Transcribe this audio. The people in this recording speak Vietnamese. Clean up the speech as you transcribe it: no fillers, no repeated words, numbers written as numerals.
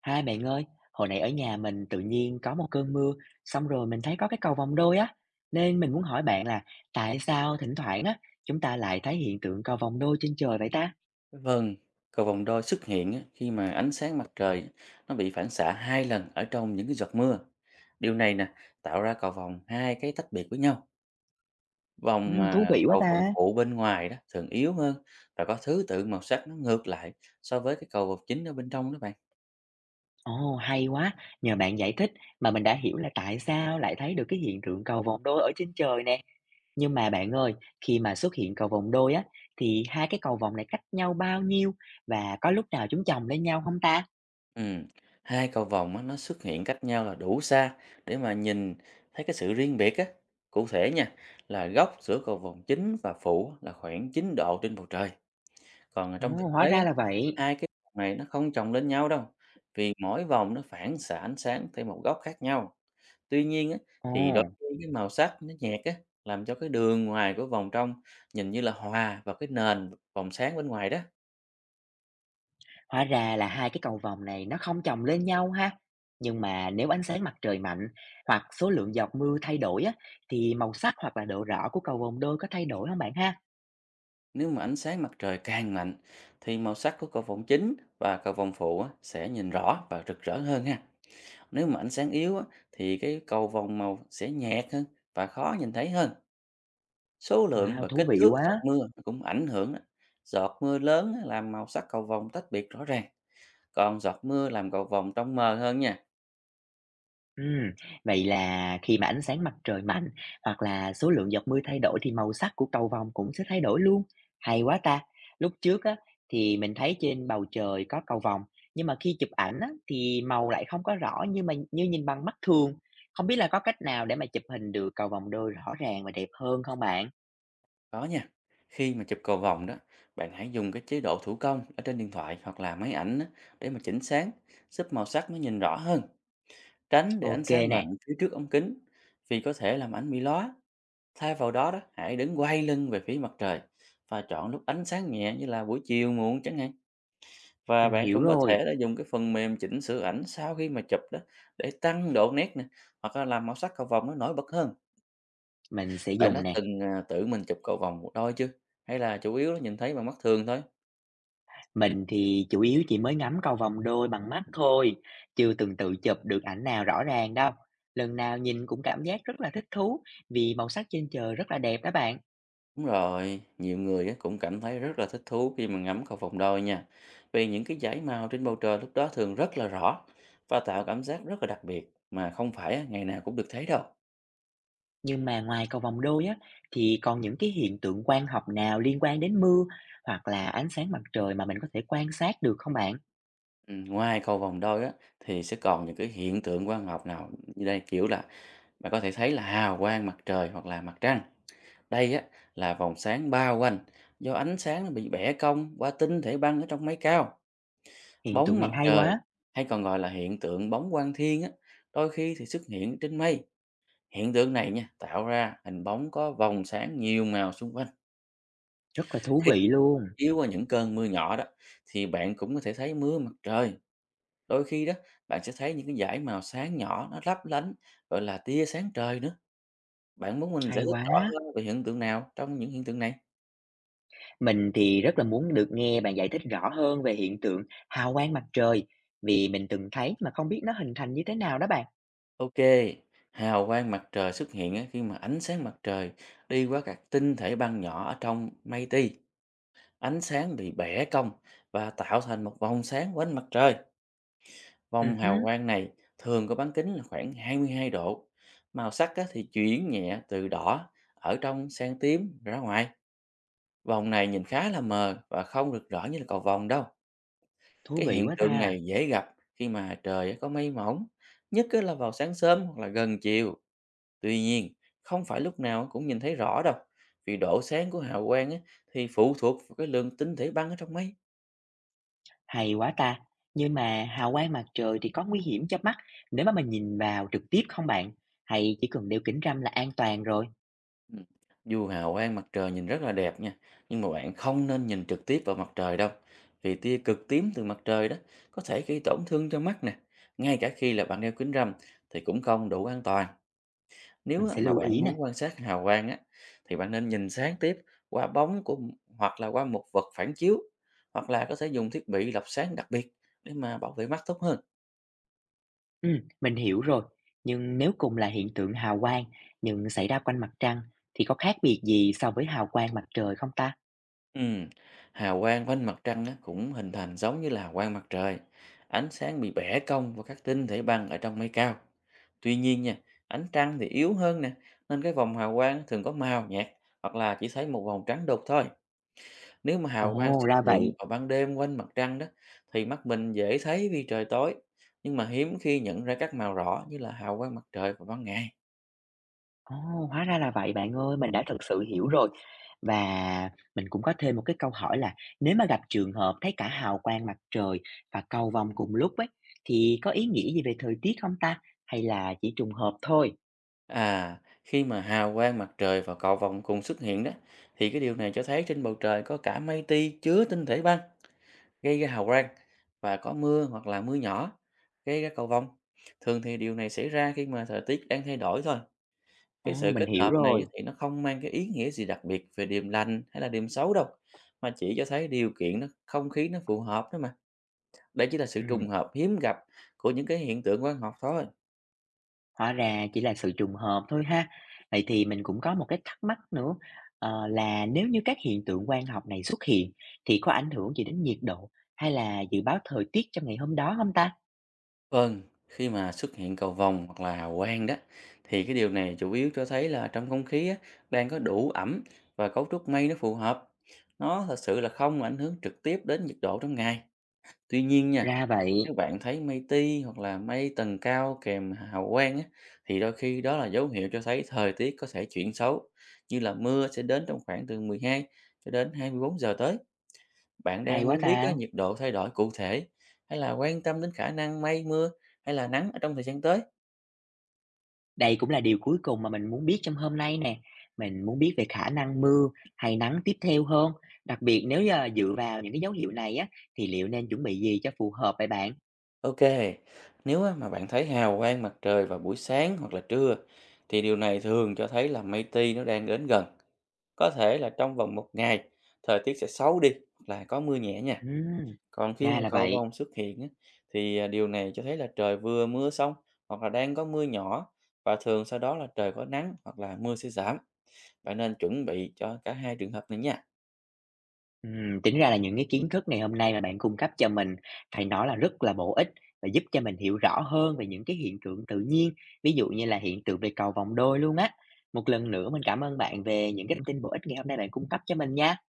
Hai bạn ơi, hồi nãy ở nhà mình tự nhiên có một cơn mưa, xong rồi mình thấy có cái cầu vồng đôi á, nên mình muốn hỏi bạn là tại sao thỉnh thoảng á chúng ta lại thấy hiện tượng cầu vồng đôi trên trời vậy ta? Vâng, cầu vồng đôi xuất hiện á, khi mà ánh sáng mặt trời á, nó bị phản xạ hai lần ở trong những cái giọt mưa. Điều này nè tạo ra cầu vồng hai cái tách biệt với nhau. Vòng Ừ, thú mà vị quá cầu vồng ta. phụ bên ngoài đó thường yếu hơn và có thứ tự màu sắc nó ngược lại so với cái cầu vồng chính ở bên trong đó bạn. Ồ, hay quá, nhờ bạn giải thích mà mình đã hiểu là tại sao lại thấy được cái hiện tượng cầu vồng đôi ở trên trời nè. Nhưng mà bạn ơi, khi mà xuất hiện cầu vồng đôi á thì hai cái cầu vồng này cách nhau bao nhiêu và có lúc nào chúng chồng lên nhau không ta? Ừ. Hai cầu vồng á, nó xuất hiện cách nhau là đủ xa để mà nhìn thấy cái sự riêng biệt á. Cụ thể nha, là góc giữa cầu vồng chính và phụ á, là khoảng 9 độ trên bầu trời. Còn ở Ồ, trong thực hóa tế, ra là vậy. hai cái vòng này nó không chồng lên nhau đâu, vì mỗi vòng nó phản xạ ánh sáng theo một góc khác nhau. Tuy nhiên á, Ồ. thì đôi khi cái màu sắc nó nhạt á, làm cho cái đường ngoài của vòng trong nhìn như là hòa vào cái nền vòng sáng bên ngoài đó. Hóa ra là hai cái cầu vồng này nó không chồng lên nhau ha. Nhưng mà nếu ánh sáng mặt trời mạnh hoặc số lượng giọt mưa thay đổi á, thì màu sắc hoặc là độ rõ của cầu vồng đôi có thay đổi không bạn ha? Nếu mà ánh sáng mặt trời càng mạnh thì màu sắc của cầu vồng chính và cầu vồng phụ á, sẽ nhìn rõ và rực rỡ hơn ha. Nếu mà ánh sáng yếu á, thì cái cầu vồng màu sẽ nhạt hơn và khó nhìn thấy hơn. Số lượng Wow, và thú kích vị thước giọt quá. mưa cũng ảnh hưởng đó. Giọt mưa lớn á, làm màu sắc cầu vồng tách biệt rõ ràng, còn giọt mưa làm cầu vồng trong mờ hơn nha. Ừm, vậy là khi mà ánh sáng mặt trời mạnh hoặc là số lượng giọt mưa thay đổi thì màu sắc của cầu vồng cũng sẽ thay đổi luôn. Hay quá ta. Lúc trước á thì mình thấy trên bầu trời có cầu vồng, nhưng mà khi chụp ảnh á thì màu lại không có rõ như nhìn bằng mắt thường. Không biết là có cách nào để mà chụp hình được cầu vồng đôi rõ ràng và đẹp hơn không bạn? Đó nha. Khi mà chụp cầu vồng đó, bạn hãy dùng cái chế độ thủ công ở trên điện thoại hoặc là máy ảnh á, để mà chỉnh sáng, giúp màu sắc nó nhìn rõ hơn. Tránh để ánh Ok sáng nè, mạnh phía trước ống kính, vì có thể làm ảnh bị lóa. Thay vào đó đó, hãy đứng quay lưng về phía mặt trời và chọn lúc ánh sáng nhẹ như là buổi chiều muộn chẳng hạn. Và mình bạn hiểu cũng có rồi. thể là dùng cái phần mềm chỉnh sửa ảnh sau khi mà chụp đó, để tăng độ nét nè, hoặc là làm màu sắc cầu vồng nó nổi bật hơn. Mình sẽ Bạn đã dùng nè. từng, tự mình chụp cầu vồng một đôi chưa? Hay là chủ yếu là nhìn thấy bằng mắt thường thôi? Mình thì chủ yếu chỉ mới ngắm cầu vồng đôi bằng mắt thôi, chưa từng tự chụp được ảnh nào rõ ràng đâu. Lần nào nhìn cũng cảm giác rất là thích thú vì màu sắc trên trời rất là đẹp đó bạn. Đúng rồi, nhiều người á cũng cảm thấy rất là thích thú khi mà ngắm cầu vồng đôi nha. Vì những cái dải màu trên bầu trời lúc đó thường rất là rõ và tạo cảm giác rất là đặc biệt, mà không phải á ngày nào cũng được thấy đâu. Nhưng mà ngoài cầu vồng đôi á, thì còn những cái hiện tượng quang học nào liên quan đến mưa hoặc là ánh sáng mặt trời mà mình có thể quan sát được không bạn? Ngoài cầu vồng đôi á thì sẽ còn những cái hiện tượng quang học nào, như đây, kiểu là bạn có thể thấy là hào quang mặt trời hoặc là mặt trăng. Đây á, là vòng sáng bao quanh do ánh sáng nó bị bẻ cong qua tinh thể băng ở trong máy cao. Hiện Bóng tượng mặt này hay trời quá, hay còn gọi là hiện tượng bóng quang thiên á, đôi khi thì xuất hiện trên mây. Hiện tượng này nha, tạo ra hình bóng có vòng sáng nhiều màu xung quanh. rất là thú vị luôn, Chiếu qua những cơn mưa nhỏ đó, thì bạn cũng có thể thấy mưa mặt trời. Đôi khi đó, bạn sẽ thấy những cái dải màu sáng nhỏ nó lấp lánh, gọi là tia sáng trời nữa. Bạn muốn mình giải hay thích rõ quá. hơn về hiện tượng nào trong những hiện tượng này? Mình thì rất là muốn được nghe bạn giải thích rõ hơn về hiện tượng hào quang mặt trời vì mình từng thấy mà không biết nó hình thành như thế nào đó bạn. Ok, hào quang mặt trời xuất hiện á, khi mà ánh sáng mặt trời đi qua các tinh thể băng nhỏ ở trong mây ti. Ánh sáng bị bẻ cong và tạo thành một vòng sáng quanh mặt trời. Ừ, Vòng hào hứm, quang này thường có bán kính là khoảng 22 độ. Màu sắc á, thì chuyển nhẹ từ đỏ ở trong sang tím ra ngoài. Vòng này nhìn khá là mờ và không được rõ như là cầu vồng đâu. thú Cái vị hiện quá tượng ta, này dễ gặp khi mà trời á có mây mỏng, nhất á là vào sáng sớm hoặc là gần chiều. Tuy nhiên, không phải lúc nào cũng nhìn thấy rõ đâu, vì độ sáng của hào quang á, thì phụ thuộc vào cái lượng tinh thể băng ở trong mây. hay quá ta! Nhưng mà hào quang mặt trời thì có nguy hiểm cho mắt nếu mà mình nhìn vào trực tiếp không bạn? Hay chỉ cần đeo kính râm là an toàn rồi? Ừ. Dù hào quang mặt trời nhìn rất là đẹp nha, nhưng mà bạn không nên nhìn trực tiếp vào mặt trời đâu, vì tia cực tím từ mặt trời đó có thể gây tổn thương cho mắt nè. Ngay cả khi là bạn đeo kính râm thì cũng không đủ an toàn. Mình Nếu á, sẽ mà lưu bạn ý nè. muốn quan sát hào quang á, thì bạn nên nhìn sáng tiếp qua bóng của, hoặc là qua một vật phản chiếu, hoặc là có thể dùng thiết bị lọc sáng đặc biệt để mà bảo vệ mắt tốt hơn. Ừ, mình hiểu rồi. Nhưng nếu cùng là hiện tượng hào quang nhưng xảy ra quanh mặt trăng thì có khác biệt gì so với hào quang mặt trời không ta? Ừm, hào quang quanh mặt trăng á, cũng hình thành giống như là hào quang mặt trời. Ánh sáng bị bẻ cong vào các tinh thể băng ở trong mây cao. Tuy nhiên nha, ánh trăng thì yếu hơn nè, nên cái vòng hào quang thường có màu nhạt, hoặc là chỉ thấy một vòng trắng đục thôi. Nếu mà hào quang Ồ, xuất ra vậy. hiện vào ban đêm quanh mặt trăng đó, thì mắt mình dễ thấy vì trời tối, nhưng mà hiếm khi nhận ra các màu rõ như là hào quang mặt trời vào ban ngày. Ồ, hóa ra là vậy bạn ơi, mình đã thực sự hiểu rồi. Và mình cũng có thêm một cái câu hỏi là nếu mà gặp trường hợp thấy cả hào quang mặt trời và cầu vồng cùng lúc ấy, thì có ý nghĩa gì về thời tiết không ta? Hay là chỉ trùng hợp thôi? À, khi mà hào quang mặt trời và cầu vồng cùng xuất hiện đó, thì cái điều này cho thấy trên bầu trời có cả mây ti chứa tinh thể băng gây ra hào quang, và có mưa hoặc là mưa nhỏ gây ra cầu vồng. Thường thì điều này xảy ra khi mà thời tiết đang thay đổi thôi. Cái Ồ, sự mình kết hiểu hợp này á, rồi. thì nó không mang cái ý nghĩa gì đặc biệt về điềm lành hay là điềm xấu đâu, mà chỉ cho thấy điều kiện nó không khí nó phù hợp thôi mà. Đây chỉ là sự Ừ, trùng hợp hiếm gặp của những cái hiện tượng quang học thôi. hóa ra chỉ là sự trùng hợp thôi ha. Vậy thì mình cũng có một cái thắc mắc nữa, là nếu như các hiện tượng quang học này xuất hiện thì có ảnh hưởng gì đến nhiệt độ hay là dự báo thời tiết trong ngày hôm đó không ta? Vâng, khi mà xuất hiện cầu vồng hoặc là hào quang đó, thì cái điều này chủ yếu cho thấy là trong không khí á, đang có đủ ẩm và cấu trúc mây nó phù hợp. Nó thật sự là không ảnh hưởng trực tiếp đến nhiệt độ trong ngày. Tuy nhiên nha, Ra nếu vậy, bạn thấy mây ti hoặc là mây tầng cao kèm hào quang á, thì đôi khi đó là dấu hiệu cho thấy thời tiết có thể chuyển xấu, như là mưa sẽ đến trong khoảng từ 12 cho đến 24 giờ tới. Bạn hay đang quá muốn biết á, ta. nhiệt độ thay đổi cụ thể, hay là quan tâm đến khả năng mây mưa hay là nắng ở trong thời gian tới? Đây cũng là điều cuối cùng mà mình muốn biết trong hôm nay nè. Mình muốn biết về khả năng mưa hay nắng tiếp theo hơn. Đặc biệt nếu là dựa vào những cái dấu hiệu này á, thì liệu nên chuẩn bị gì cho phù hợp vậy bạn? Ok, nếu á, mà bạn thấy hào quang mặt trời vào buổi sáng hoặc là trưa, thì điều này thường cho thấy là mây ti nó đang đến gần. Có thể là trong vòng một ngày, thời tiết sẽ xấu đi hoặc là có mưa nhẹ nha. Ừm, Còn khi mà ra là cầu vậy. vồng xuất hiện á, thì, điều này cho thấy là trời vừa mưa xong hoặc là đang có mưa nhỏ, và thường sau đó là trời có nắng hoặc là mưa sẽ giảm. Bạn nên chuẩn bị cho cả hai trường hợp này nha. Tính ra là những cái kiến thức ngày hôm nay mà bạn cung cấp cho mình phải nói là rất là bổ ích và giúp cho mình hiểu rõ hơn về những cái hiện tượng tự nhiên, ví dụ như là hiện tượng về cầu vồng đôi luôn á. Một lần nữa mình cảm ơn bạn về những cái thông tin bổ ích ngày hôm nay bạn cung cấp cho mình nha.